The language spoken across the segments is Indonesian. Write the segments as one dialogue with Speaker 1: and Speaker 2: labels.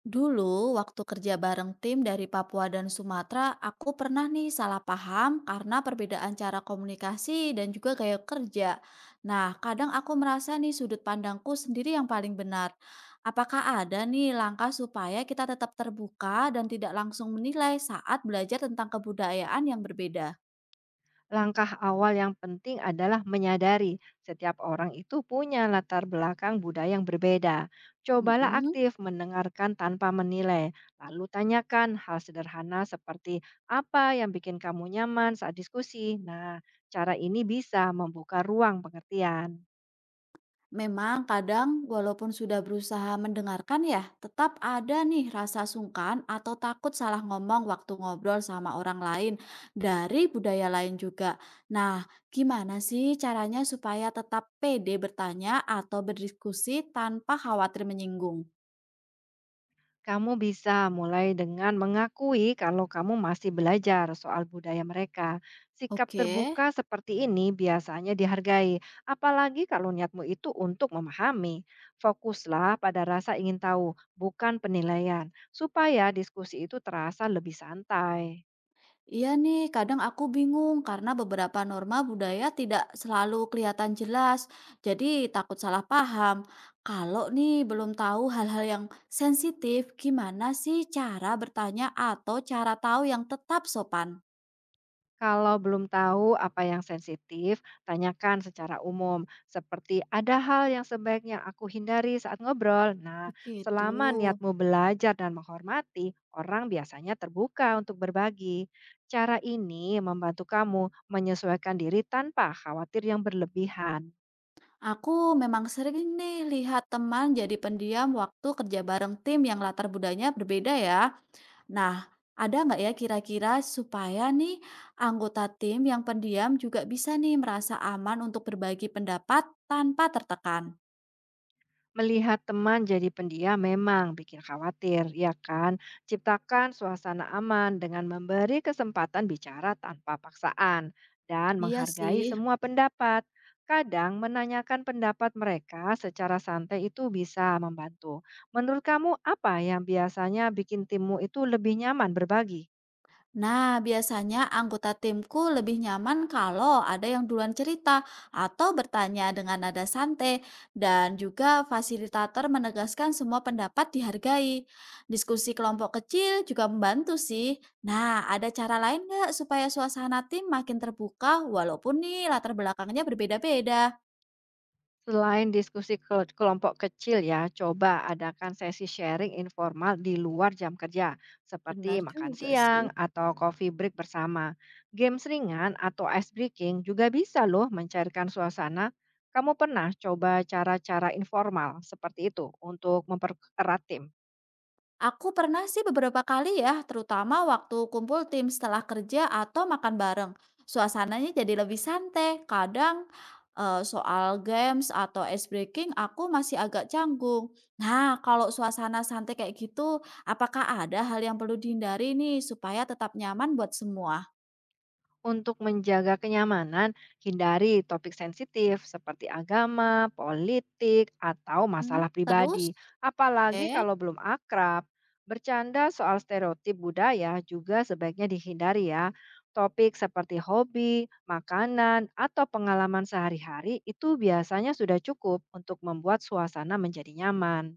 Speaker 1: Dulu, waktu kerja bareng tim dari Papua dan Sumatera, aku pernah nih salah paham karena perbedaan cara komunikasi dan juga gaya kerja. Nah, kadang aku merasa nih sudut pandangku sendiri yang paling benar. Apakah ada nih langkah supaya kita tetap terbuka dan tidak langsung menilai saat belajar tentang kebudayaan yang berbeda?
Speaker 2: Langkah awal yang penting adalah menyadari setiap orang itu punya latar belakang budaya yang berbeda. Cobalah
Speaker 1: Mm-mm.
Speaker 2: aktif mendengarkan tanpa menilai, lalu tanyakan hal sederhana seperti apa yang bikin kamu nyaman saat diskusi. Nah, cara ini bisa membuka ruang pengertian.
Speaker 1: Memang kadang walaupun sudah berusaha mendengarkan ya, tetap ada nih rasa sungkan atau takut salah ngomong waktu ngobrol sama orang lain dari budaya lain juga. Nah, gimana sih caranya supaya tetap pede bertanya atau berdiskusi tanpa khawatir menyinggung?
Speaker 2: Kamu bisa mulai dengan mengakui kalau kamu masih belajar soal budaya mereka. Sikap
Speaker 1: Oke.
Speaker 2: terbuka seperti ini biasanya dihargai, apalagi kalau niatmu itu untuk memahami. Fokuslah pada rasa ingin tahu, bukan penilaian, supaya diskusi itu terasa lebih santai.
Speaker 1: Iya nih, kadang aku bingung karena beberapa norma budaya tidak selalu kelihatan jelas, jadi takut salah paham. Kalau nih belum tahu hal-hal yang sensitif, gimana sih cara bertanya atau cara tahu yang tetap sopan?
Speaker 2: Kalau belum tahu apa yang sensitif, tanyakan secara umum, seperti ada hal yang sebaiknya aku hindari saat ngobrol. Nah,
Speaker 1: Begitu.
Speaker 2: selama niatmu belajar dan menghormati, orang biasanya terbuka untuk berbagi. Cara ini membantu kamu menyesuaikan diri tanpa khawatir yang berlebihan.
Speaker 1: Aku memang sering nih lihat teman jadi pendiam waktu kerja bareng tim yang latar budayanya berbeda ya. Nah, ada nggak ya kira-kira supaya nih anggota tim yang pendiam juga bisa nih merasa aman untuk berbagi pendapat tanpa tertekan?
Speaker 2: Melihat teman jadi pendiam memang bikin khawatir, ya kan? Ciptakan suasana aman dengan memberi kesempatan bicara tanpa paksaan dan
Speaker 1: Iya
Speaker 2: menghargai
Speaker 1: sih.
Speaker 2: semua pendapat. Kadang menanyakan pendapat mereka secara santai itu bisa membantu. Menurut kamu apa yang biasanya bikin timmu itu lebih nyaman berbagi?
Speaker 1: Nah, biasanya anggota timku lebih nyaman kalau ada yang duluan cerita atau bertanya dengan nada santai, dan juga fasilitator menegaskan semua pendapat dihargai. Diskusi kelompok kecil juga membantu sih. Nah, ada cara lain nggak supaya suasana tim makin terbuka, walaupun nih latar belakangnya berbeda-beda?
Speaker 2: Selain diskusi kelompok kecil ya, coba adakan sesi sharing informal di luar jam kerja,
Speaker 1: Benar
Speaker 2: seperti makan
Speaker 1: juga sih.
Speaker 2: siang atau coffee break bersama. Games ringan atau ice breaking juga bisa loh mencairkan suasana. Kamu pernah coba cara-cara informal seperti itu untuk mempererat tim?
Speaker 1: Aku pernah sih beberapa kali ya, terutama waktu kumpul tim setelah kerja atau makan bareng. Suasananya jadi lebih santai. Kadang soal games atau ice breaking aku masih agak canggung. Nah, kalau suasana santai kayak gitu, apakah ada hal yang perlu dihindari nih supaya tetap nyaman buat semua?
Speaker 2: Untuk menjaga kenyamanan, hindari topik sensitif seperti agama, politik, atau
Speaker 1: Hmm,
Speaker 2: masalah
Speaker 1: terus?
Speaker 2: pribadi. Apalagi
Speaker 1: Oke.
Speaker 2: kalau belum akrab, bercanda soal stereotip budaya juga sebaiknya dihindari ya. Topik seperti hobi, makanan, atau pengalaman sehari-hari itu biasanya sudah cukup untuk membuat suasana menjadi nyaman.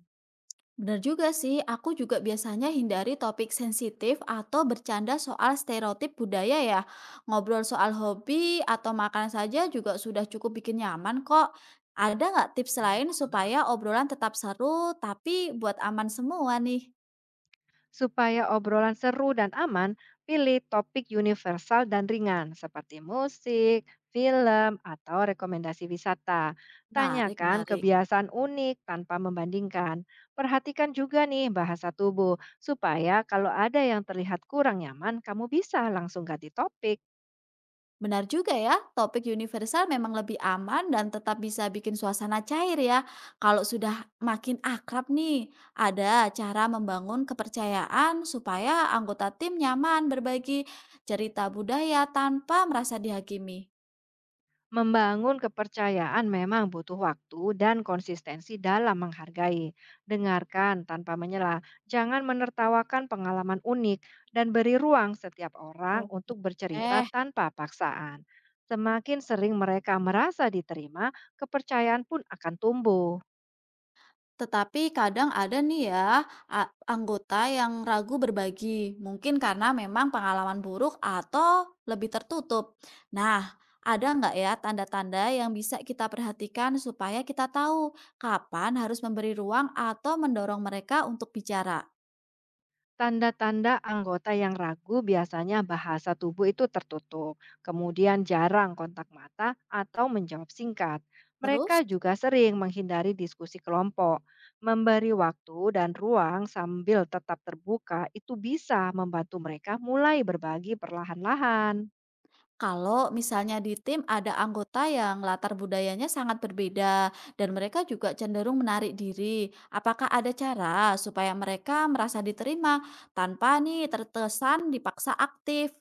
Speaker 1: Bener juga sih, aku juga biasanya hindari topik sensitif atau bercanda soal stereotip budaya ya. Ngobrol soal hobi atau makan saja juga sudah cukup bikin nyaman kok. Ada nggak tips lain supaya obrolan tetap seru tapi buat aman semua nih?
Speaker 2: Supaya obrolan seru dan aman, pilih topik universal dan ringan seperti musik, film, atau rekomendasi wisata.
Speaker 1: Menarik,
Speaker 2: Tanyakan
Speaker 1: menarik.
Speaker 2: kebiasaan unik tanpa membandingkan. Perhatikan juga nih bahasa tubuh, supaya kalau ada yang terlihat kurang nyaman, kamu bisa langsung ganti topik.
Speaker 1: Benar juga ya, topik universal memang lebih aman dan tetap bisa bikin suasana cair ya. Kalau sudah makin akrab nih, ada cara membangun kepercayaan supaya anggota tim nyaman berbagi cerita budaya tanpa merasa dihakimi.
Speaker 2: Membangun kepercayaan memang butuh waktu dan konsistensi dalam menghargai. Dengarkan tanpa menyela, jangan menertawakan pengalaman unik, dan beri ruang setiap orang
Speaker 1: Oke.
Speaker 2: untuk bercerita tanpa paksaan. Semakin sering mereka merasa diterima, kepercayaan pun akan tumbuh.
Speaker 1: Tetapi kadang ada nih ya, anggota yang ragu berbagi, mungkin karena memang pengalaman buruk atau lebih tertutup. Nah, ada nggak ya tanda-tanda yang bisa kita perhatikan supaya kita tahu kapan harus memberi ruang atau mendorong mereka untuk bicara?
Speaker 2: Tanda-tanda anggota yang ragu biasanya bahasa tubuh itu tertutup, kemudian jarang kontak mata atau menjawab singkat.
Speaker 1: Terus?
Speaker 2: Mereka juga sering menghindari diskusi kelompok. Memberi waktu dan ruang sambil tetap terbuka itu bisa membantu mereka mulai berbagi perlahan-lahan.
Speaker 1: Kalau misalnya di tim ada anggota yang latar budayanya sangat berbeda dan mereka juga cenderung menarik diri, apakah ada cara supaya mereka merasa diterima tanpa nih tertesan dipaksa aktif?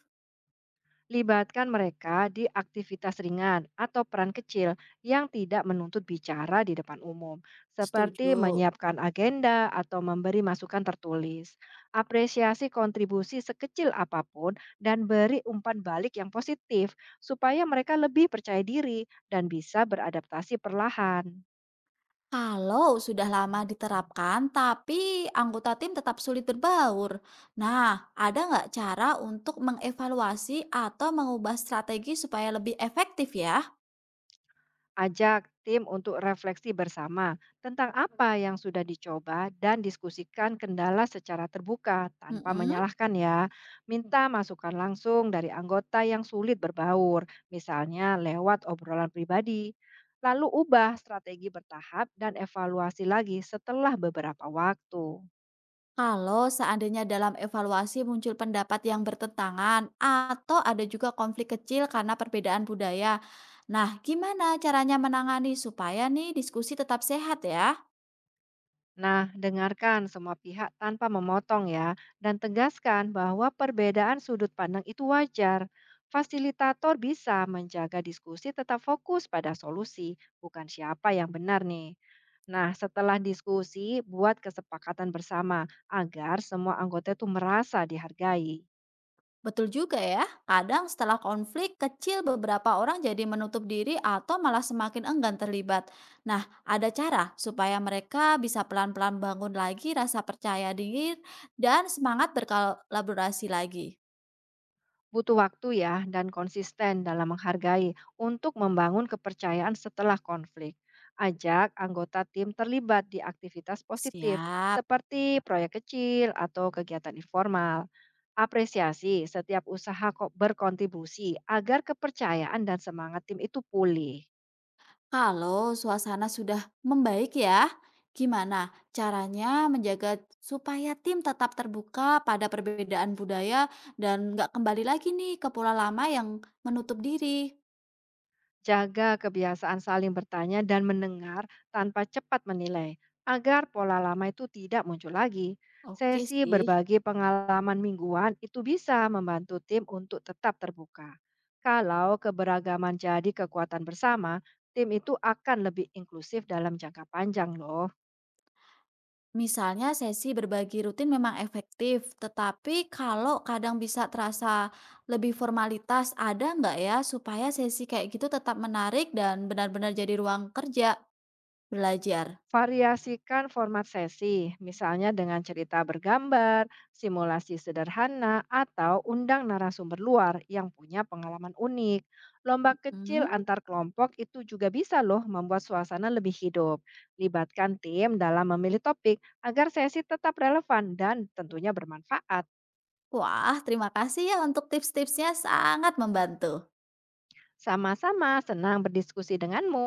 Speaker 2: Libatkan mereka di aktivitas ringan atau peran kecil yang tidak menuntut bicara di depan umum, seperti
Speaker 1: Setuju.
Speaker 2: menyiapkan agenda atau memberi masukan tertulis. Apresiasi kontribusi sekecil apapun dan beri umpan balik yang positif supaya mereka lebih percaya diri dan bisa beradaptasi perlahan.
Speaker 1: Kalau sudah lama diterapkan tapi anggota tim tetap sulit berbaur, nah ada nggak cara untuk mengevaluasi atau mengubah strategi supaya lebih efektif ya?
Speaker 2: Ajak tim untuk refleksi bersama tentang apa yang sudah dicoba dan diskusikan kendala secara terbuka tanpa
Speaker 1: Mm-mm.
Speaker 2: menyalahkan ya. Minta masukan langsung dari anggota yang sulit berbaur, misalnya lewat obrolan pribadi. Lalu ubah strategi bertahap dan evaluasi lagi setelah beberapa waktu.
Speaker 1: Kalau seandainya dalam evaluasi muncul pendapat yang bertentangan atau ada juga konflik kecil karena perbedaan budaya. Nah, gimana caranya menangani supaya nih diskusi tetap sehat ya?
Speaker 2: Nah, dengarkan semua pihak tanpa memotong ya, dan tegaskan bahwa perbedaan sudut pandang itu wajar. Fasilitator bisa menjaga diskusi tetap fokus pada solusi, bukan siapa yang benar nih. Nah, setelah diskusi, buat kesepakatan bersama agar semua anggota itu merasa dihargai.
Speaker 1: Betul juga ya, kadang setelah konflik kecil beberapa orang jadi menutup diri atau malah semakin enggan terlibat. Nah, ada cara supaya mereka bisa pelan-pelan bangun lagi rasa percaya diri dan semangat berkolaborasi lagi.
Speaker 2: Butuh waktu ya dan konsisten dalam menghargai untuk membangun kepercayaan setelah konflik. Ajak anggota tim terlibat di aktivitas positif
Speaker 1: Siap.
Speaker 2: seperti proyek kecil atau kegiatan informal. Apresiasi setiap usaha kok berkontribusi agar kepercayaan dan semangat tim itu pulih.
Speaker 1: Kalau suasana sudah membaik ya, gimana caranya menjaga supaya tim tetap terbuka pada perbedaan budaya dan nggak kembali lagi nih ke pola lama yang menutup diri?
Speaker 2: Jaga kebiasaan saling bertanya dan mendengar tanpa cepat menilai, agar pola lama itu tidak muncul lagi.
Speaker 1: Oke
Speaker 2: Sesi
Speaker 1: sih,
Speaker 2: berbagi pengalaman mingguan itu bisa membantu tim untuk tetap terbuka. Kalau keberagaman jadi kekuatan bersama, tim itu akan lebih inklusif dalam jangka panjang loh.
Speaker 1: misalnya sesi berbagi rutin memang efektif, tetapi kalau kadang bisa terasa lebih formalitas, ada nggak ya supaya sesi kayak gitu tetap menarik dan benar-benar jadi ruang kerja belajar?
Speaker 2: Variasikan format sesi, misalnya dengan cerita bergambar, simulasi sederhana, atau undang narasumber luar yang punya pengalaman unik. Lomba kecil
Speaker 1: Hmm?
Speaker 2: antar kelompok itu juga bisa loh membuat suasana lebih hidup. Libatkan tim dalam memilih topik agar sesi tetap relevan dan tentunya bermanfaat.
Speaker 1: Wah, terima kasih ya untuk tips-tipsnya, sangat membantu.
Speaker 2: Sama-sama senang berdiskusi denganmu.